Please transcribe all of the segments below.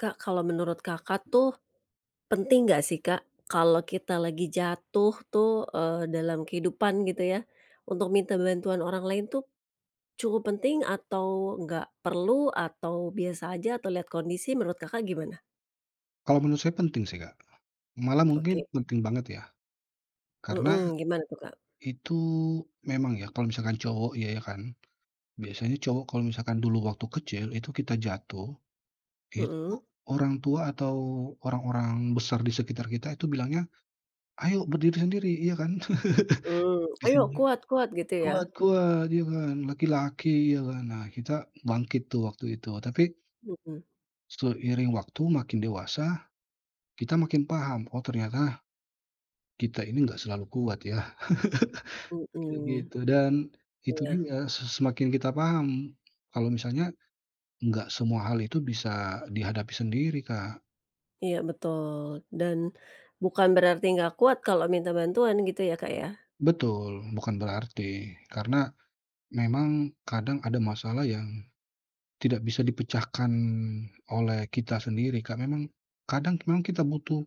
Kak, kalau menurut Kakak tuh penting nggak sih, Kak, kalau kita lagi jatuh tuh, dalam kehidupan gitu ya, untuk minta bantuan orang lain tuh cukup penting atau nggak perlu atau biasa aja atau lihat kondisi menurut Kakak gimana? Kalau menurut saya penting sih, Kak. Malah mungkin Oke, penting banget ya, karena mhm, gimana tuh, Kak? itu memang ya kalau misalkan cowok ya kan, biasanya cowok kalau misalkan dulu waktu kecil itu kita jatuh, itu Mhm, orang tua atau orang-orang besar di sekitar kita itu bilangnya, "Ayo berdiri sendiri," iya kan? mmm, "Ayo Disini kuat kuat," gitu ya? kuat kuat, iya kan, laki-laki, ya kan. Nah, kita bangkit tuh waktu itu, tapi Mhm, seiring waktu makin dewasa, kita makin paham, oh ternyata kita ini nggak selalu kuat ya. Kayak mhm, gitu dan itu iya dia semakin kita paham kalau misalnya nggak semua hal itu bisa dihadapi sendiri, Kak. iya betul, dan bukan berarti nggak kuat kalau minta bantuan gitu ya, Kak, ya? Betul, bukan berarti karena memang kadang ada masalah yang tidak bisa dipecahkan oleh kita sendiri, Kak. Memang kadang memang kita butuh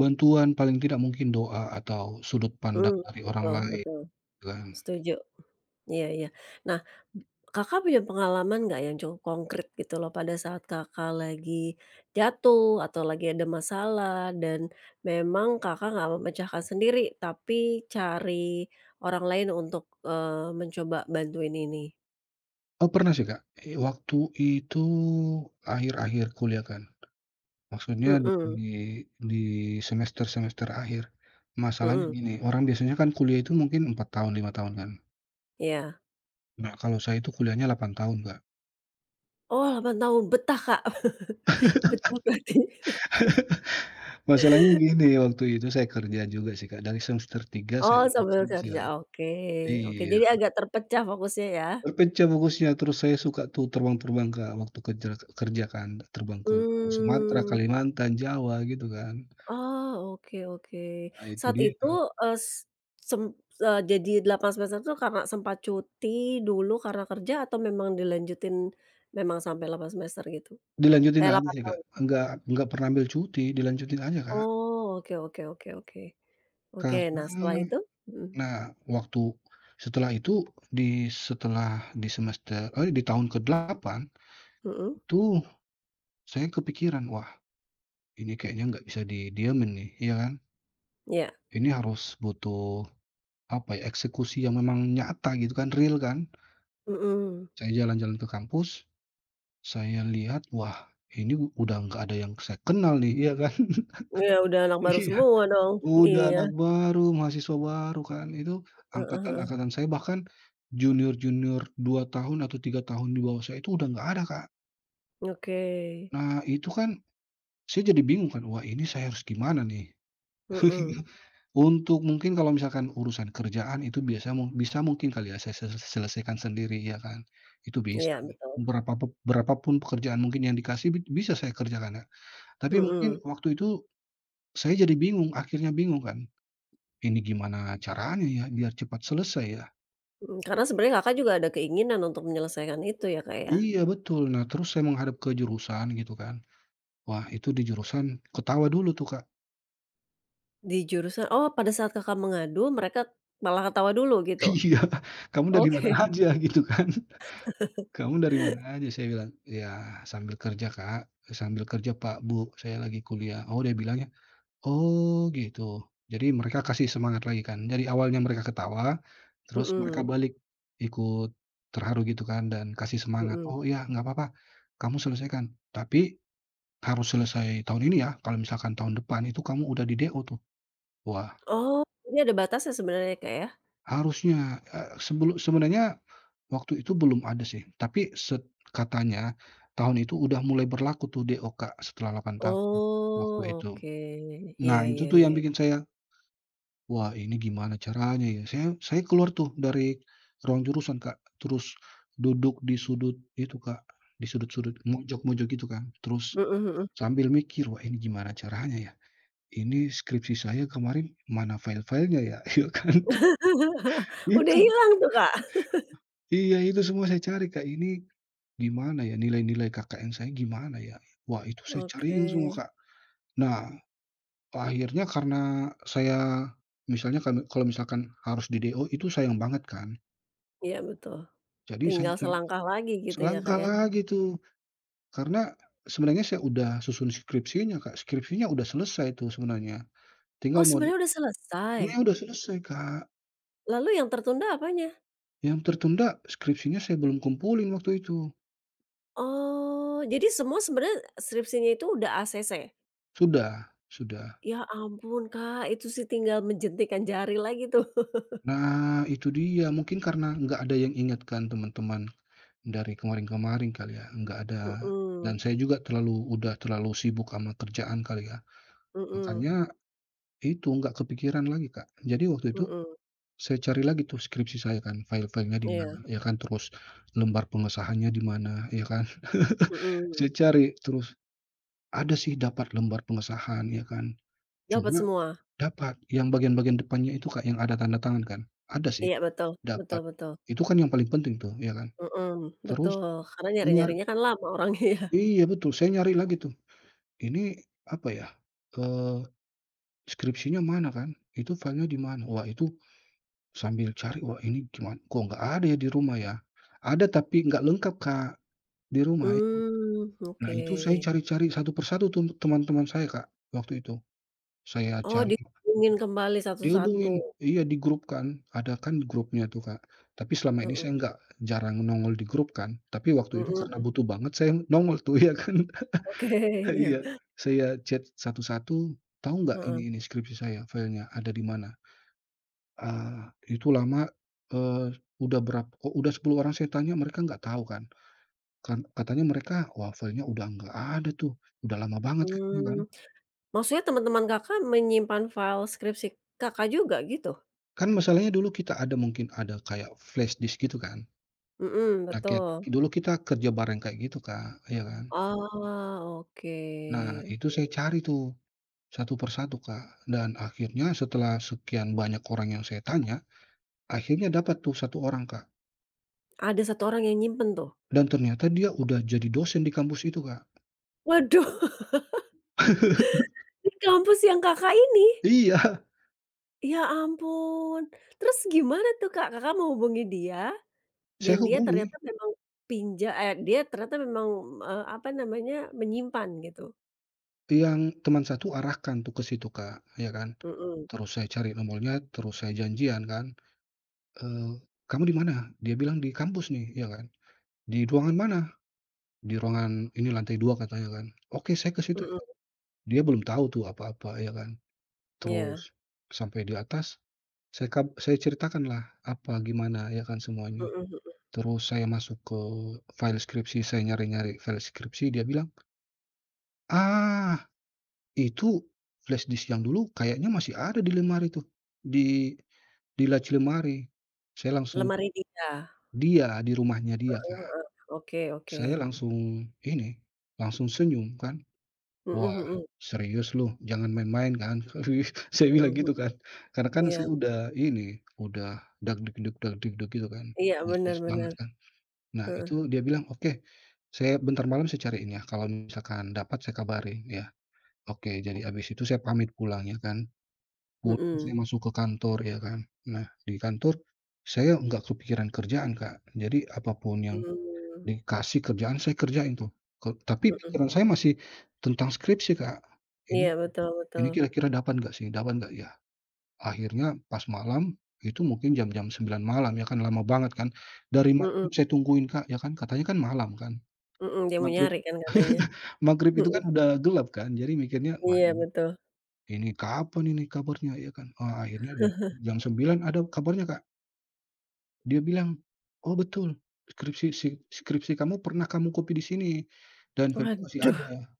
bantuan paling tidak mungkin doa atau sudut pandang Mmm, dari orang betul lain betul, gitu kan. setuju. Iya iya. Nah, Kakak punya pengalaman nggak yang cukup konkret gitu loh pada saat Kakak lagi jatuh atau lagi ada masalah dan memang Kakak nggak memecahkan sendiri, tapi cari orang lain untuk, eee, mencoba bantuin ini? Oh, pernah sih, Kak, waktu itu akhir-akhir kuliah kan. Maksudnya di Mhm di semester-semester akhir. Masalahnya mhm, gini, orang biasanya kan kuliah itu mungkin 4 tahun, 5 tahun kan. iya. Nah, kalau saya itu kuliahnya 8 tahun, Kak. Oh 8 tahun, betah, Kak? Betah berarti? Masalahnya gini, waktu itu saya kerja juga sih, Kak. Dari semester 3 saya Oh Iya, udah sambil kerja. kerja, oke oke, Iya, jadi agak terpecah fokusnya ya? terpecah fokusnya. Terus saya suka tuh terbang-terbang, Kak, waktu kerja kerja kan. Terbang ke Sumatera, Hmm. Kalimantan, Jawa gitu kan. Oh, oke oke. Nah, itu Saat dia. itu, eee, s sem eee, jadi 8 semester tuh karena sempat cuti dulu karena kerja atau memang dilanjutin memang sampai 8 semester gitu? Dilanjutin Eh, aja 8 sih, Kak. tahun? nggak nggak pernah ambil cuti, dilanjutin aja, Kak. Oh, oke oke oke oke. Oke, Karena nah setelah itu? Mhm, nah, waktu setelah itu di setelah di semester eh, di tahun ke-8 mhm, itu saya kepikiran, "Wah, ini kayaknya nggak bisa didiamin nih," iya kan? iya, Ini harus butuh, apa ya, eksekusi yang memang nyata gitu kan, real kan. mhm. Saya jalan-jalan ke kampus, saya lihat, wah, ini udah nggak ada yang saya kenal nih, iya kan? Iya, udah anak baru semua dong. Udah Iya, anak baru, mahasiswa baru kan, itu heeh heeh. angkatan-angkatan saya bahkan junior-junior 2 tahun atau 3 tahun di bawah saya itu udah nggak ada, Kak. Oke, Nah itu kan saya jadi bingung kan, wah ini saya harus gimana nih? mhm, Untuk mungkin kalau misalkan urusan kerjaan itu biasa mu bisa mungkin kali ya saya selesaikan sendiri ya kan, itu bisa. iya betul, Berapa pekerjaan mungkin yang dikasih bisa saya kerjakan ya. Tapi mungkin mhm, waktu itu saya jadi bingung, akhirnya bingung kan, ini gimana caranya ya biar cepat selesai ya? mhm, karena sebenarnya Kakak juga ada keinginan untuk menyelesaikan itu ya, Kak, ya? Iya betul. Nah terus saya menghadap ke jurusan gitu kan. Wah itu di jurusan ketawa dulu tuh Kak. Di jurusan oh pada saat Kakak mengadu mereka malah ketawa dulu gitu? Iya, "Kamu dari mana Oke. aja?" Gitu kan. "Kamu dari mana aja?" Saya bilang, "Ya sambil kerja Kak, sambil kerja Pak, Bu, saya lagi kuliah." Oh dia bilangnya, "Oh gitu." Jadi mereka kasih semangat lagi kan. Jadi awalnya mereka ketawa, terus mereka Mhm balik ikut terharu gitu kan dan kasih semangat, mhm. "Oh ya nggak apa-apa, kamu selesaikan." Tapi harus selesai tahun ini ya, kalau misalkan tahun depan itu kamu udah di DO tuh. Wah, Oh, jadi ada batasnya sebenarnya Kak ya? harusnya, sebenarnya waktu itu belum ada sih, tapi katanya tahun itu udah mulai berlaku tuh DO, Kak, setelah 8 tahun waktu Oh, itu. oke. Iya Nah, itu iya tuh yang iya. bikin saya, "Wah, ini gimana caranya ya?" Saya keluar tuh dari ruang jurusan, Kak, terus duduk di sudut itu, Kak, di sudut-sudut, mojok-mojok gitu kan, terus Mhm mhm. sambil mikir, "Wah, ini gimana caranya ya?" Ini skripsi saya kemarin mana file-filenya ya? Ya kan? Udah Itu hilang tuh Kak. iya itu semua saya cari, Kak, ini gimana ya nilai-nilai KKN saya gimana ya? Wah itu saya Oke. cariin semua, Kak. Nah, akhirnya karena saya misalnya kan kalau misalkan harus di-DO itu sayang banget kan. Iya betul. Jadi saya Tinggal kayak selangkah lagi gitu ya Kak selangkah ya? lagi tuh, karena sebenarnya saya udah susun skripsinya, Kak, skripsinya udah selesai tuh sebenarnya, Oh tinggal mau di sebenarnya udah selesai? sebenarnya udah selesai, Kak. Lalu yang tertunda apanya? Yang tertunda skripsinya saya belum kumpulin waktu itu. Oh, jadi semua sebenarnya skripsinya itu udah ACC? Sudah sudah. Ya ampun, Kak, itu sih tinggal menjentikan jari lagi tuh. Nah itu dia, mungkin karena nggak ada yang ingatkan teman-teman dari kemarin-kemarin kali ya, nggak ada dan Mhm, saya juga udah terlalu sibuk sama kerjaan kali ya. mhm, Makanya itu, nggak kepikiran lagi, Kak. Jadi waktu itu mhm, saya cari lagi tuh skripsi saya kan, file-filenya di mana, iya, ya kan, terus lembar pengesahannya di mana, ya kan. mhm, Saya cari terus, ada sih dapat lembar pengesahan, ya kan. dapat Cuma semua. dapat, yang bagian-bagian depannya itu Kak, yang ada tanda tangan kan? Ada sih, Iya betul, betul dapat. betul, Itu kan yang paling penting tuh, ya kan? mhm, Terus betul, karena saya nyari, nyari-nyarinya kan lama orangnya ya. iya betul, saya nyari lagi tuh, ini apa ya, eee, skripsinya mana kan? Itu filenya di mana? Wah itu sambil cari, wah ini gimana kok nggak ada ya di rumah ya? Ada tapi nggak lengkap Kak, di rumah. Mmm, Nah oke. itu saya cari-cari satu persatu tuh teman-teman saya Kak, waktu itu. Saya Oh, cari dihubungin kembali satu-satu. dihubungin, iya di grup kan, ada kan grupnya tuh, Kak. Tapi selama ini Mhm, saya nggak jarang nongol di grup kan, tapi waktu itu karena mhm, butuh banget saya nongol tuh, ya kan. oke, iya, Iya, saya chat satu-satu, "Tahu nggak heeh, ini skripsi saya filenya ada di mana?" Ah, itu lama, eee, udah berapa? Kok udah 10 orang saya tanya mereka nggak tahu kan. Kan katanya mereka, "Wah filenya udah nggak ada tuh, udah lama banget," katanya kan. mmm, maksudnya teman-teman Kakak menyimpan file skripsi Kakak juga gitu? Kan masalahnya dulu kita ada mungkin ada kayak flashdisk gitu kan. Mhm, Nah, kayak betul. dulu kita kerja bareng kayak gitu, Kak, ya kan. Oh, oke Nah, itu oke. saya cari tuh, satu persatu Kak, dan akhirnya setelah sekian banyak orang yang saya tanya, akhirnya dapat tuh satu orang, Kak, Ada satu orang yang nyimpen tuh. dan ternyata dia udah jadi dosen di kampus itu, Kak. Waduh, di kampus yang Kakak ini? Iya, Ya ampun. Terus gimana tuh, Kak? Kakak menghubungi dia dan saya dia hubungi, ternyata memang dia ternyata memang, apa namanya, menyimpan gitu? yang teman satu arahkan tuh ke situ, Kak, ya kan. Mhm, Terus saya cari nomornya, terus saya janjian kan, "Kamu di mana?" Dia bilang, "Di kampus nih," ya kan. "Di ruangan mana?" "Di ruangan ini lantai 2 katanya kan. "Oke, saya ke situ." mhm, Dia belum tahu tuh apa-apa, ya kan. iya, Terus sampai di atas, saya ceritakanlah apa, gimana, ya kan semuanya. mhm mhm. Terus saya masuk ke file skripsi, saya nyari-nyari file skripsi, dia bilang, "Ah, itu flash disk yang dulu kayaknya masih ada di lemari tuh, di di laci lemari." Saya langsung, Lemari dia? dia di rumahnya dia, kan. Heeh, oke Saya oke. langsung ini, langsung senyum kan. Mhm Wah, mhm serius lu? Jangan main-main kan? Saya mhm bilang mhm. gitu kan. Karena kan Iya saya udah ini, udah dagdugdug-dagdugdug gitu kan, iya, bener antusias banget bener. kan. Nah Heeh, itu dia bilang, "Oke, saya bentar malam saya cariin ya, kalau misalkan dapat saya kabarin ya." Oke, jadi abis itu saya pamit pulang ya kan, pulang saya mhm, masuk ke kantor ya kan. Nah di kantor, saya nggak kepikiran kerjaan, Kak. Jadi apapun yang mmm, dikasih kerjaan saya kerjain tuh, ke tapi pikiran mhm. saya masih tentang skripsi, Kak. Ini Iya, betul ini betul. kira-kira dapat nggak sih, dapat nggak ya? Akhirnya pas malam, itu mungkin jam-jam 9 malam ya kan lama banget kan. Dari Mhm maghrib saya tungguin Kak, ya kan katanya kan malam kan. mhm, dia mau Maghrib nyari kan katanya? maghrib itu Mhm. kan udah gelap kan, jadi mikirnya, "Wah Iya ini betul. ini kapan ini kabarnya?" Ya kan. Oh akhirnya jam jam sembilan ada kabarnya Kak. Dia bilang, "Oh betul, skripsi kamu pernah kamu copy di sini, dan masih Waduh, ada."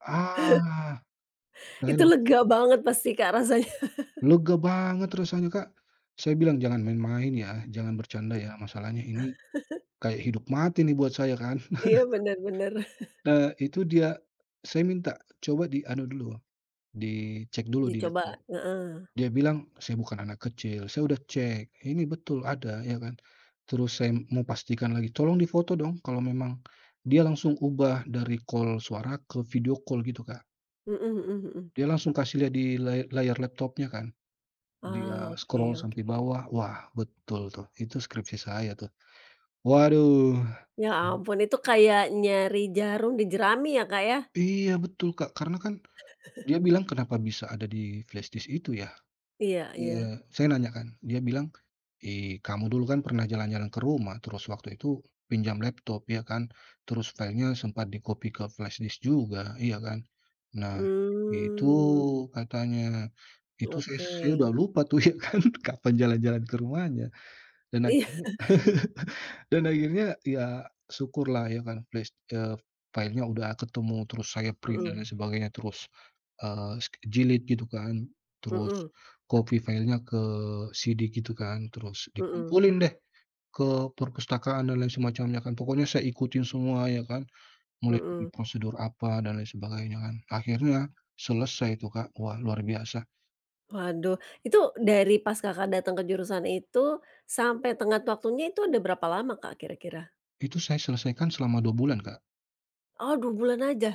Ah, saya itu langsung lega banget pasti Kak rasanya. lega banget rasanya, Kak. Saya bilang, "Jangan main-main ya, jangan bercanda ya, masalahnya ini kayak hidup mati nih buat saya kan." Iya bener bener. Nah, itu dia saya minta, "Coba di anu dulu, dicek dulu di Dicoba laptop." heeh. Dia bilang, "Saya bukan anak kecil, saya udah cek, ini betul ada," ya kan. Terus saya mau pastikan lagi, "Tolong difoto dong," kalau memang dia langsung ubah dari call suara ke video call gitu, Kak. Mhm mhm mhm. Dia langsung kasih lihat di layar laptopnya kan. Dia Oh oke scroll sampai oke. bawah, wah betul tuh, itu skripsi saya tuh. Waduh, Ya mmm, ampun itu kayak nyari jarum di jerami ya Kak ya? iya betul, Kak, karena kan dia bilang, "Kenapa bisa ada di flashdisk itu ya?" Iya iya. Iya, saya nanya kan, dia bilang, "Ih, kamu dulu kan pernah jalan-jalan ke rumah, terus waktu itu pinjam laptop ya kan, terus filenya sempat di-copy ke flashdisk juga, iya kan?" Nah, itu Mmm, katanya, itu saya oke. saya udah lupa tuh ya kan, kapan jalan-jalan ke rumahnya dan Iya, akhirnya, dan akhirnya ya syukurlah ya kan filenya udah ketemu, terus saya print dan mhm, lain sebagainya, terus, jilid gitu kan, terus mhm, copy filenya ke CD gitu kan, terus mhm, dikumpulin deh ke perpustakaan dan lain semacamnya kan. Pokoknya saya ikutin semua ya kan, mulai dari mhm. prosedur apa dan lain sebagainya kan. Akhirnya selesai itu Kak, wah luar biasa. Waduh, itu dari pas Kakak datang ke jurusan itu, sampai tenggat waktunya itu ada berapa lama Kak kira-kira? Itu saya selesaikan selama 2 bulan Kak. Oh 2 bulan aja,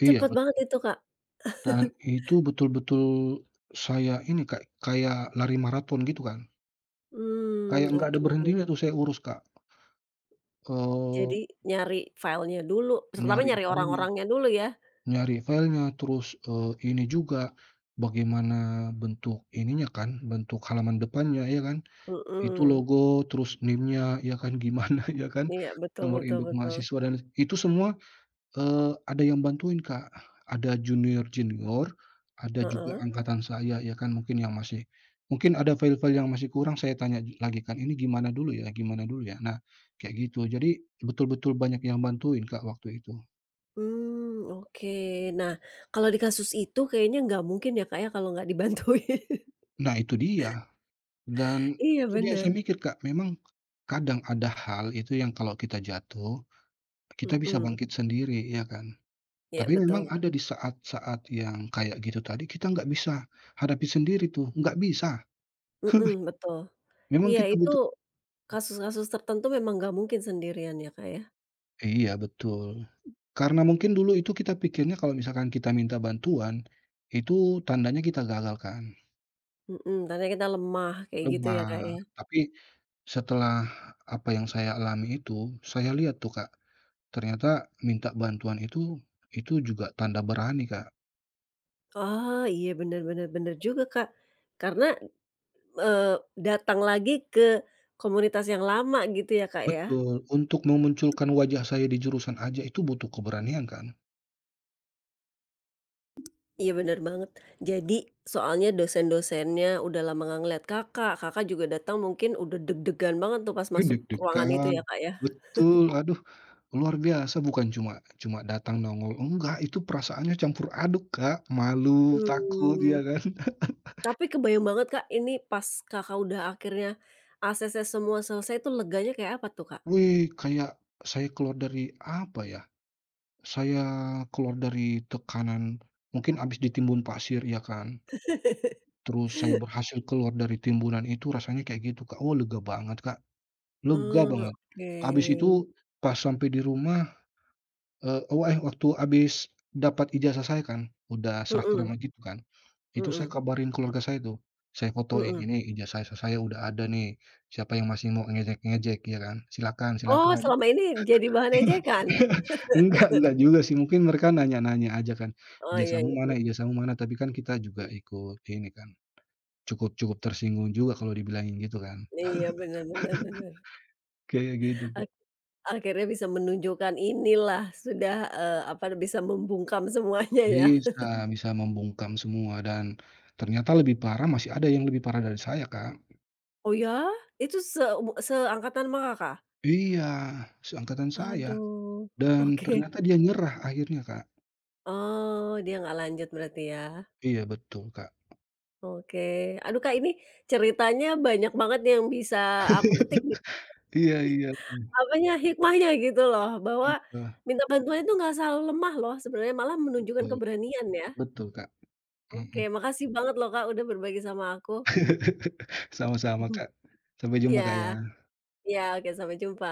Iya cepet betul. banget itu Kak. Dan itu betul-betul saya ini, Kak, kayak lari maraton gitu kan. Mmm, Kayak nggak ada oke oke. berhentinya tuh saya urus, Kak. Eee, Jadi nyari filenya dulu, terutama nyari nyari filenya orang-orangnya dulu ya? nyari filenya, terus, ini juga, bagaimana bentuk ininya kan, bentuk halaman depannya, ya kan. Itu Mhm. logo, terus NIM-nya, ya kan, gimana, ya kan, Iya, betul nomor betul induk betul. mahasiswa dan itu semua ada yang bantuin, Kak. Ada junior-junior, ada juga Heeh. angkatan saya ya kan mungkin yang masih mungkin ada file-file yang masih kurang saya tanya lagi kan, "Ini gimana dulu ya gimana dulu ya?" Nah, kayak gitu. Jadi betul-betul banyak yang bantuin, Kak, waktu itu. Mmm, oke. Nah, kalau di kasus itu kayaknya nggak mungkin ya, Kak, ya, kalau nggak dibantuin. Nah itu dia, dan Iya, itu dia bener. saya mikir, Kak, memang kadang ada hal itu yang kalau kita jatuh, kita bisa Mhm. bangkit sendiri ya kan. Iya, Tapi memang betul. ada di saat-saat yang kayak gitu tadi kita nggak bisa hadapi sendiri tuh, nggak bisa. Mhm, betul. Memang Iya, kita itu butuh, kasus-kasus tertentu memang nggak mungkin sendirian ya, Kak, ya? iya betul. Karena mungkin dulu itu kita pikirnya kalau misalkan kita minta bantuan, itu tandanya kita gagal kan, Mhm, tandanya kita lemah, kayak gitu ya, Kak, lemah. ya? Tapi setelah apa yang saya alami itu, saya lihat tuh Kak, ternyata minta bantuan itu juga tanda berani Kak. Oh, iya, bener bener bener juga, Kak. Karena Eee, datang lagi ke komunitas yang lama gitu ya, Kak, ya? Betul, untuk memunculkan wajah saya di jurusan aja itu butuh keberanian kan. Iya bener banget. Jadi soalnya dosen-dosennya udah lama nggak ngeliat Kakak, Kakak juga datang mungkin udah deg-degan banget tuh pas Wih masuk ruangan itu deg-degan, ya, Kak, ya? betul, aduh luar biasa bukan cuma cuma datang nongol, enggak itu perasaannya campur aduk, Kak, malu, takut, ya Mmm, kan. tapi kebayang banget, Kak, ini pas Kakak udah akhirnya ACC semua selesai tuh leganya kayak apa tuh, Kak? Wih, kayak saya keluar dari apa ya, saya keluar dari tekanan mungkin abis ditimbun pasir ya kan, terus saya berhasil keluar dari timbunan itu rasanya kayak gitu, Kak, oh lega banget, Kak, lega Oh, banget. Habis oke. itu pas sampai di rumah, oh, eh, waktu habis dapat ijazah saya kan, udah serah terima Mhm gitu kan. Itu saya mhm kabarin keluarga saya tuh, saya fotoin, mhm. "Ini ijazah saya udah ada nih, siapa yang masih mau ngejek-ngejek," ya kan, "silakan Oh, silakan." selama ini jadi bahan ejekan? Enggak juga sih, mungkin mereka nanya-nanya aja kan, Oh, iya "Ijazahmu mana iya. ijazahmu mana?" Tapi kan kita juga Iya. ikut ini kan, cukup cukup tersinggung juga kalau dibilangin gitu kan. Iya, benar-benar benar. Benar. Kayak gitu, Kak. Ak akhirnya bisa menunjukkan inilah sudah, apa, bisa membungkam semuanya ya. Bisa bisa membungkam semua dan ternyata lebih parah masih ada yang lebih parah dari saya, Kak. "Oh ya? Itu seangkatan sama Kakak?" Iya, seangkatan saya Aduh, dan oke. ternyata dia nyerah akhirnya, Kak. Oh, dia nggak lanjut berarti ya? Iya betul, Kak. Oke. Aduh, Kak, ini ceritanya banyak banget yang bisa aku petik nih, Iya iya, apanya, hikmahnya gitu loh, bahwa minta bantuan itu nggak selalu lemah loh sebenarnya, malah menunjukkan betul keberanian ya. betul, Kak, Oke, mhm. makasih banget loh, Kak, udah berbagi sama aku. Sama-sama, Kak. Sampai jumpa, Ya. Kak, ya. Iya, oke sampai jumpa.